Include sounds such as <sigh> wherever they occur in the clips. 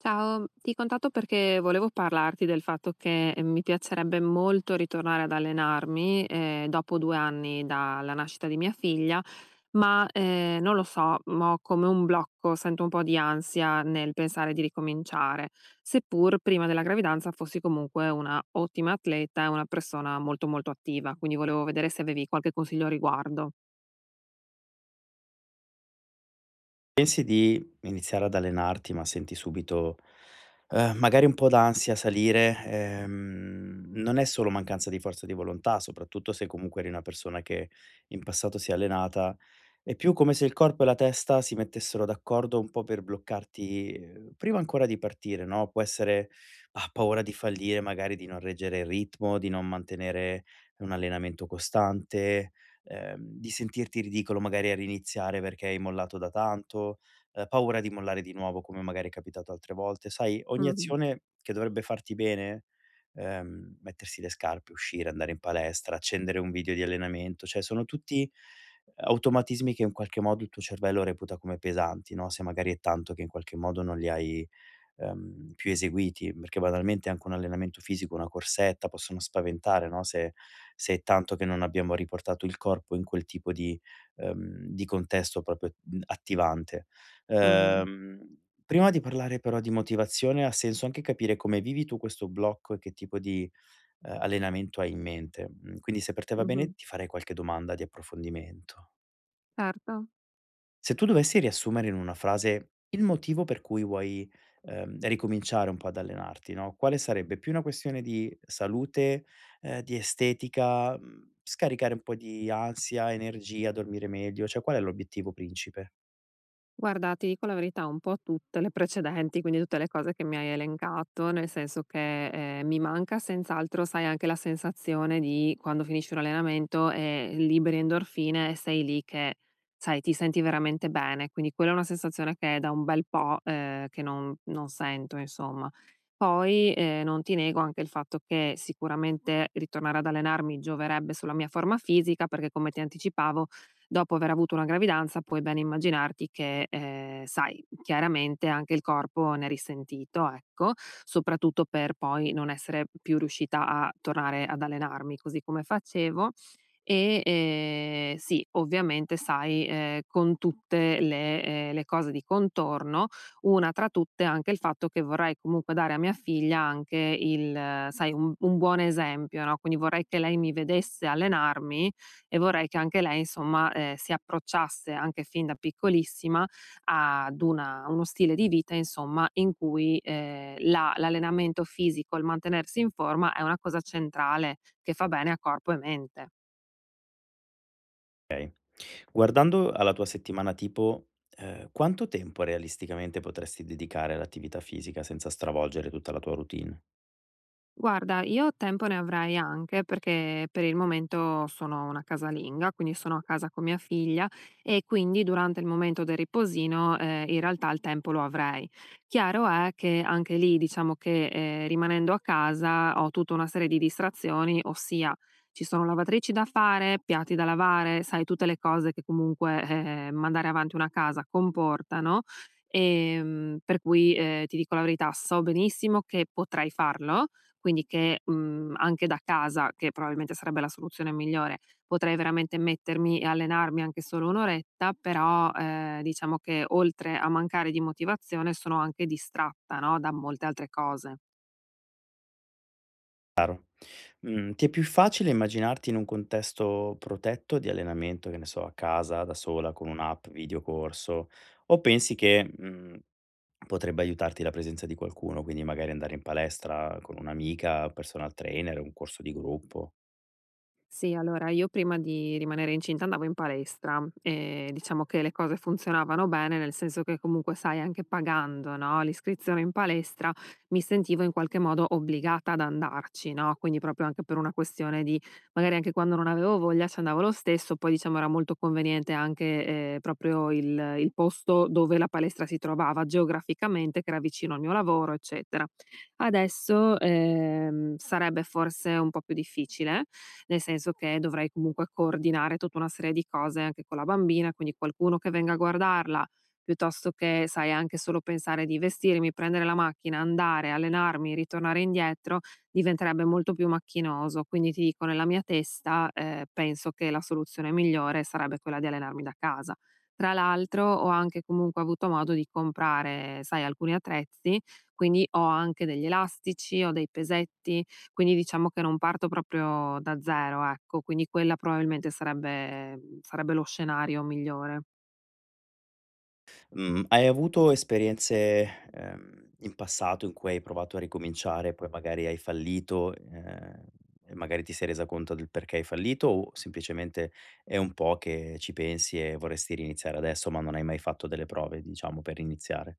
Ciao, ti contatto perché volevo parlarti del fatto che mi piacerebbe molto ritornare ad allenarmi, dopo due anni dalla nascita di mia figlia, ma non lo so, ma ho come un blocco, sento un po' di ansia nel pensare di ricominciare, seppur prima della gravidanza fossi comunque una ottima atleta e una persona molto molto attiva, quindi volevo vedere se avevi qualche consiglio a riguardo. Pensi di iniziare ad allenarti, ma senti subito, magari un po' d'ansia salire. Non è solo mancanza di forza di volontà, soprattutto se comunque eri una persona che in passato si è allenata. È più come se il corpo e la testa si mettessero d'accordo un po' per bloccarti, prima ancora di partire, no, può essere, ah, paura di fallire, magari di non reggere il ritmo, di non mantenere un allenamento costante, di sentirti ridicolo magari a riniziare perché hai mollato da tanto, paura di mollare di nuovo come magari è capitato altre volte. Sai, ogni Mhm, azione che dovrebbe farti bene, mettersi le scarpe, uscire, andare in palestra, accendere un video di allenamento, cioè sono tutti automatismi che in qualche modo il tuo cervello reputa come pesanti, no, se magari è tanto che in qualche modo non li hai più eseguiti, perché banalmente anche un allenamento fisico, una corsetta possono spaventare, no, se è tanto che non abbiamo riportato il corpo in quel tipo di contesto proprio, attivante. mhm, Ehm, Prima di parlare però di motivazione, ha senso anche capire come vivi tu questo blocco e che tipo di, allenamento hai in mente. Mhmm, quindi se per te va mhm. bene, ti farei qualche domanda di approfondimento. Certo. Se tu dovessi riassumere in una frase il motivo per cui vuoi, ricominciare un po' ad allenarti, no, quale sarebbe? Più una questione di salute, di estetica, scaricare un po' di ansia, energia, dormire meglio, cioè qual è l'obiettivo principe? Guarda, ti dico la verità, un po' tutte le precedenti, quindi tutte le cose che mi hai elencato, nel senso che mi manca senz'altro, sai, anche la sensazione di quando finisci un allenamento e liberi endorfine e sei lì che, sai, ti senti veramente bene. Quindi quella è una sensazione che è da un bel po' che non sento, insomma. Poi non ti nego anche il fatto che sicuramente ritornare ad allenarmi gioverebbe sulla mia forma fisica, perché come ti anticipavo dopo aver avuto una gravidanza puoi ben immaginarti che, sai, chiaramente anche il corpo ne è risentito, ecco, soprattutto per poi non essere più riuscita a tornare ad allenarmi così come facevo e, sì, ovviamente sai, con tutte le cose di contorno, una tra tutte anche il fatto che vorrei comunque dare a mia figlia anche il sai, un buon esempio, no, quindi vorrei che lei mi vedesse allenarmi e vorrei che anche lei insomma, si approcciasse anche fin da piccolissima ad una uno stile di vita insomma in cui, la l'allenamento fisico, il mantenersi in forma è una cosa centrale che fa bene a corpo e mente. Guardando alla tua settimana tipo, quanto tempo realisticamente potresti dedicare all'attività fisica senza stravolgere tutta la tua routine? Guarda, io tempo ne avrei anche perché per il momento sono una casalinga, quindi sono a casa con mia figlia e quindi durante il momento del riposino, in realtà il tempo lo avrei. Chiaro è che anche lì diciamo che, rimanendo a casa ho tutta una serie di distrazioni, ossia ci sono lavatrici da fare, piatti da lavare, sai tutte le cose che comunque, mandare avanti una casa comportano, per cui, ti dico la verità, so benissimo che potrei farlo, quindi che, anche da casa, che probabilmente sarebbe la soluzione migliore, potrei veramente mettermi e allenarmi anche solo 1 oretta, però, diciamo che oltre a mancare di motivazione sono anche distratta, no, da molte altre cose. Mhmm, Ti è più facile immaginarti in un contesto protetto di allenamento, che ne so, a casa, da sola, con un'app, videocorso, o pensi che, potrebbe aiutarti la presenza di qualcuno, quindi magari andare in palestra con un'amica, personal trainer, un corso di gruppo? Sì, allora io prima di rimanere incinta andavo in palestra e diciamo che le cose funzionavano bene, nel senso che comunque, sai, anche pagando, no, l'iscrizione in palestra mi sentivo in qualche modo obbligata ad andarci, no? Quindi proprio anche per una questione di magari anche quando non avevo voglia ci andavo lo stesso, poi diciamo era molto conveniente anche, proprio il posto dove la palestra si trovava geograficamente, che era vicino al mio lavoro, eccetera. Adesso, sarebbe forse un po' più difficile, nel senso che dovrei comunque coordinare tutta una serie di cose anche con la bambina, quindi qualcuno che venga a guardarla, piuttosto che, sai, anche solo pensare di vestirmi, prendere la macchina, andare, allenarmi, ritornare indietro, diventerebbe molto più macchinoso. Quindi ti dico, nella mia testa, penso che la soluzione migliore sarebbe quella di allenarmi da casa. Tra l'altro ho anche comunque avuto modo di comprare, sai, alcuni attrezzi, quindi ho anche degli elastici, ho dei pesetti, quindi diciamo che non parto proprio da zero, ecco. Quindi quella probabilmente sarebbe lo scenario migliore. Mhmm, Hai avuto esperienze, in passato in cui hai provato a ricominciare, poi magari hai fallito, e magari ti sei resa conto del perché hai fallito o semplicemente è un po' che ci pensi e vorresti riniziare adesso, ma non hai mai fatto delle prove, diciamo, per iniziare?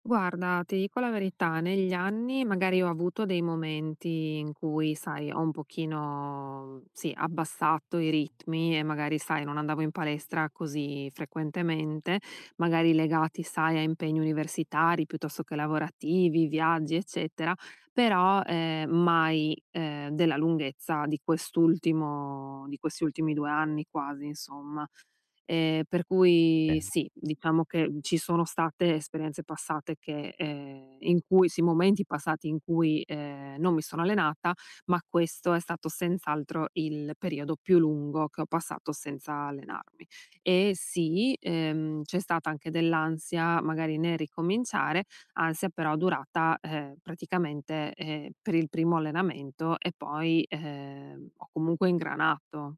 Guarda, ti dico la verità, negli anni magari ho avuto dei momenti in cui, sai, ho un pochino, sì, abbassato i ritmi e magari, sai, non andavo in palestra così frequentemente, magari legati, sai, a impegni universitari piuttosto che lavorativi, viaggi, eccetera, però mai, della lunghezza di quest'ultimo, di questi ultimi 2 anni quasi, insomma. Per cui sì, diciamo che, ci sono state esperienze passate che, in cui sì, momenti passati in cui, non mi sono allenata, ma questo è stato senz'altro il periodo più lungo che ho passato senza allenarmi. E sì, c'è stata anche dell'ansia magari nel ricominciare, ansia però durata, praticamente, per il primo allenamento e poi, ho comunque ingranato.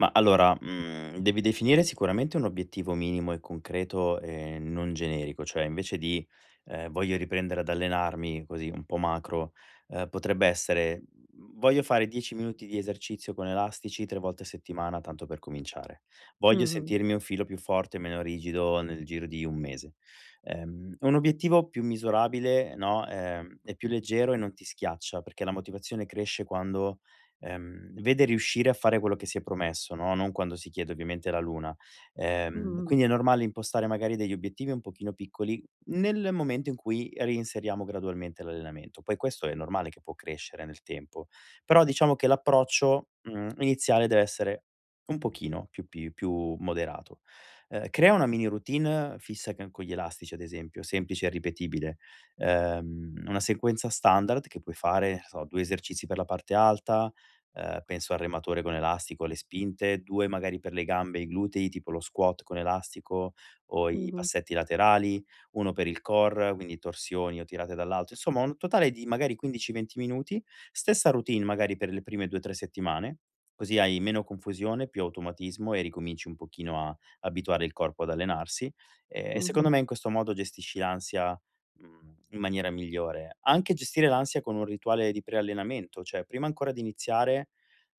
Ma allora, devi definire sicuramente un obiettivo minimo e concreto e non generico, cioè invece di, "Voglio riprendere ad allenarmi", così un po' macro, potrebbe essere: "Voglio fare 10 minuti di esercizio con elastici 3 volte a settimana, tanto per cominciare. Voglio Mh-mh. sentirmi un filo più forte e meno rigido nel giro di 1 mese". Un obiettivo più misurabile, no, è più leggero e non ti schiaccia, perché la motivazione cresce quando vede riuscire a fare quello che si è promesso, no, non quando si chiede ovviamente la luna. Mh-mh. Quindi è normale impostare magari degli obiettivi un pochino piccoli nel momento in cui reinseriamo gradualmente l'allenamento. Poi questo è normale che può crescere nel tempo, però diciamo che l'approccio, iniziale deve essere un pochino più moderato. Crea una mini routine fissa c con gli elastici ad esempio, semplice e ripetibile, una sequenza standard che puoi fare, non so, 2 esercizi per la parte alta, penso al rematore con elastico, le spinte, 2 magari per le gambe, i glutei, tipo lo squat con elastico o i Mh-mh. passetti laterali, 1 per il core, quindi torsioni o tirate dall'alto, insomma un totale di magari 15, 20 minuti, stessa routine magari per le prime 2, 3 settimane, così hai meno confusione, più automatismo e ricominci un pochino a abituare il corpo ad allenarsi, e Mh-mh, secondo me in questo modo gestisci l'ansia in maniera migliore. Anche gestire l'ansia con un rituale di preallenamento, cioè prima ancora di iniziare,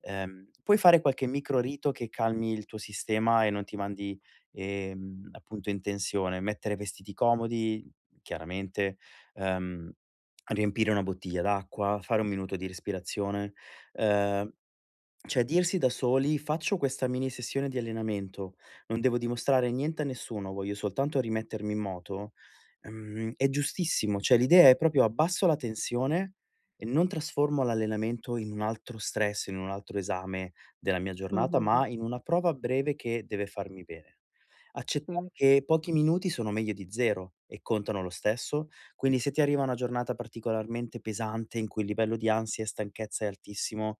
puoi fare qualche micro rito che calmi il tuo sistema e non ti mandi, appunto in tensione. Mettere vestiti comodi, chiaramente, ehm, riempire una bottiglia d'acqua, fare 1 minuto di respirazione, ehm cioè dirsi da soli: "Faccio questa mini sessione di allenamento, non devo dimostrare niente a nessuno, voglio soltanto rimettermi in moto", è giustissimo. Cioè l'idea è proprio abbasso la tensione e non trasformo l'allenamento in un altro stress, in un altro esame della mia giornata, mh-mh, ma in una prova breve che deve farmi bene. sì, Accettare che pochi minuti sono meglio di 0 e contano lo stesso, quindi se ti arriva una giornata particolarmente pesante in cui il livello di ansia e stanchezza è altissimo,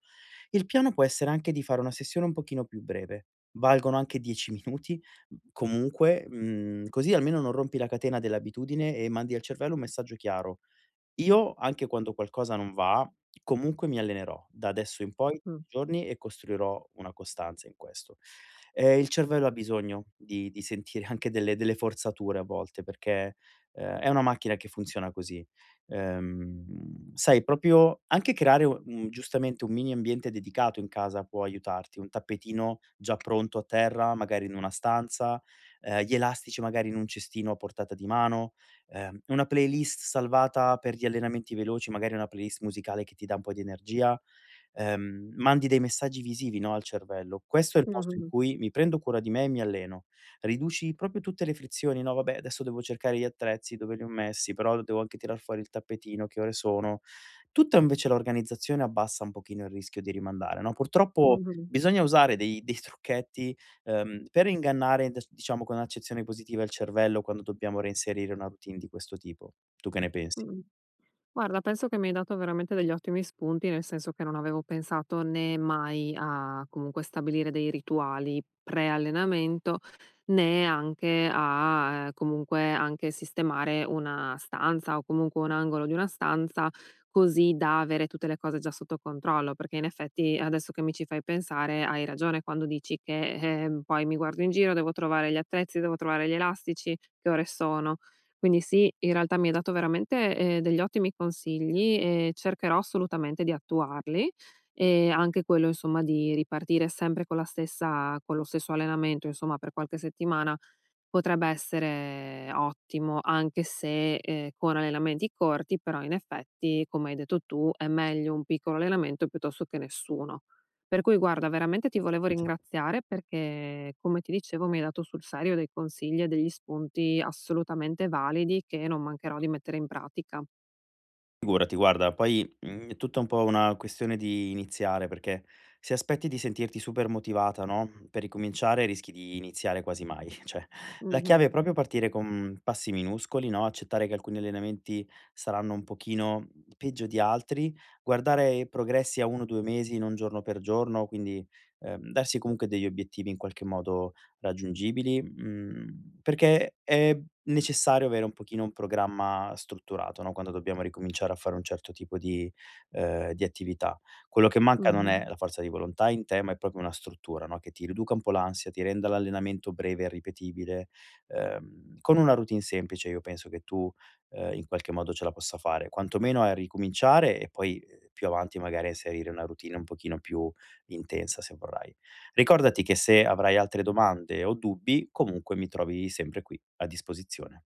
il piano può essere anche di fare una sessione un pochino più breve. Valgono anche 10 minuti, così almeno non rompi la catena dell'abitudine e mandi al cervello un messaggio chiaro. Io, anche quando qualcosa non va, comunque mi allenerò da adesso in poi mh-mh, tutti i giorni e costruirò una costanza in questo. Il cervello ha bisogno di sentire <laughs> anche delle forzature a volte perché, è una macchina che funziona così. Sai, proprio anche creare u un giustamente un mini ambiente dedicato in casa può aiutarti, un tappetino già pronto a terra, magari in una stanza, gli elastici magari in un cestino a portata di mano. Una playlist salvata per gli allenamenti veloci, magari una playlist musicale che ti dà un po' di energia, mandi dei messaggi visivi, no, al cervello. Questo è il posto in mh-mh, cui mi prendo cura di me e mi alleno. Riduci proprio tutte le frizioni, no, vabbè adesso devo cercare gli attrezzi, dove li ho messi, però devo anche tirar fuori il tappetino, che ore sono. Tutta invece l'organizzazione abbassa un pochino il rischio di rimandare, no, purtroppo mh-mh, bisogna usare dei trucchetti. Per ingannare des diciamo con accezione positiva il cervello quando dobbiamo reinserire una routine di questo tipo. Tu che ne pensi? mh. Guarda, penso che mi hai dato veramente degli ottimi spunti, nel senso che non avevo pensato né mai a comunque stabilire dei rituali pre-allenamento, né anche a, comunque anche sistemare una stanza o comunque un angolo di una stanza così da avere tutte le cose già sotto controllo, perché in effetti adesso che mi ci fai pensare hai ragione quando dici che, poi mi guardo in giro, devo trovare gli attrezzi, devo trovare gli elastici, che ore sono. Quindi sì, in realtà mi hai dato veramente, degli ottimi consigli e cercherò assolutamente di attuarli, e anche quello insomma di ripartire sempre con la stessa con lo stesso allenamento insomma per qualche settimana, potrebbe essere ottimo, anche se, con allenamenti corti, però in effetti, come hai detto tu, è meglio un piccolo allenamento piuttosto che nessuno. Per cui guarda, veramente ti volevo ringraziare perché, come ti dicevo, mi hai dato sul serio dei consigli e degli spunti assolutamente validi che non mancherò di mettere in pratica. Figurati, guarda, poi, è tutta un po' una questione di iniziare, perché se aspetti di sentirti super motivata, no, per ricominciare rischi di iniziare quasi mai. <laughs> Cioè, la chiave è Mh-mh. proprio partire con passi minuscoli, no, accettare che alcuni allenamenti saranno un pochino peggio di altri, guardare i progressi a 1, 2 mesi, non giorno per giorno, quindi, darsi comunque degli obiettivi in qualche modo raggiungibili, perché è necessario avere un pochino un programma strutturato, no, quando dobbiamo ricominciare a fare un certo tipo di attività. Quello che manca non Mh-mh. è la forza di volontà in te, ma è proprio una struttura, no, che ti riduca un po' l'ansia, ti renda l'allenamento breve e ripetibile. Con una routine semplice io penso che tu, in qualche modo ce la possa fare, quantomeno a ricominciare e poi, più avanti magari a inserire una routine un pochino più intensa se vorrai. Ricordati che se avrai altre domande o dubbi, comunque mi trovi sempre qui a disposizione.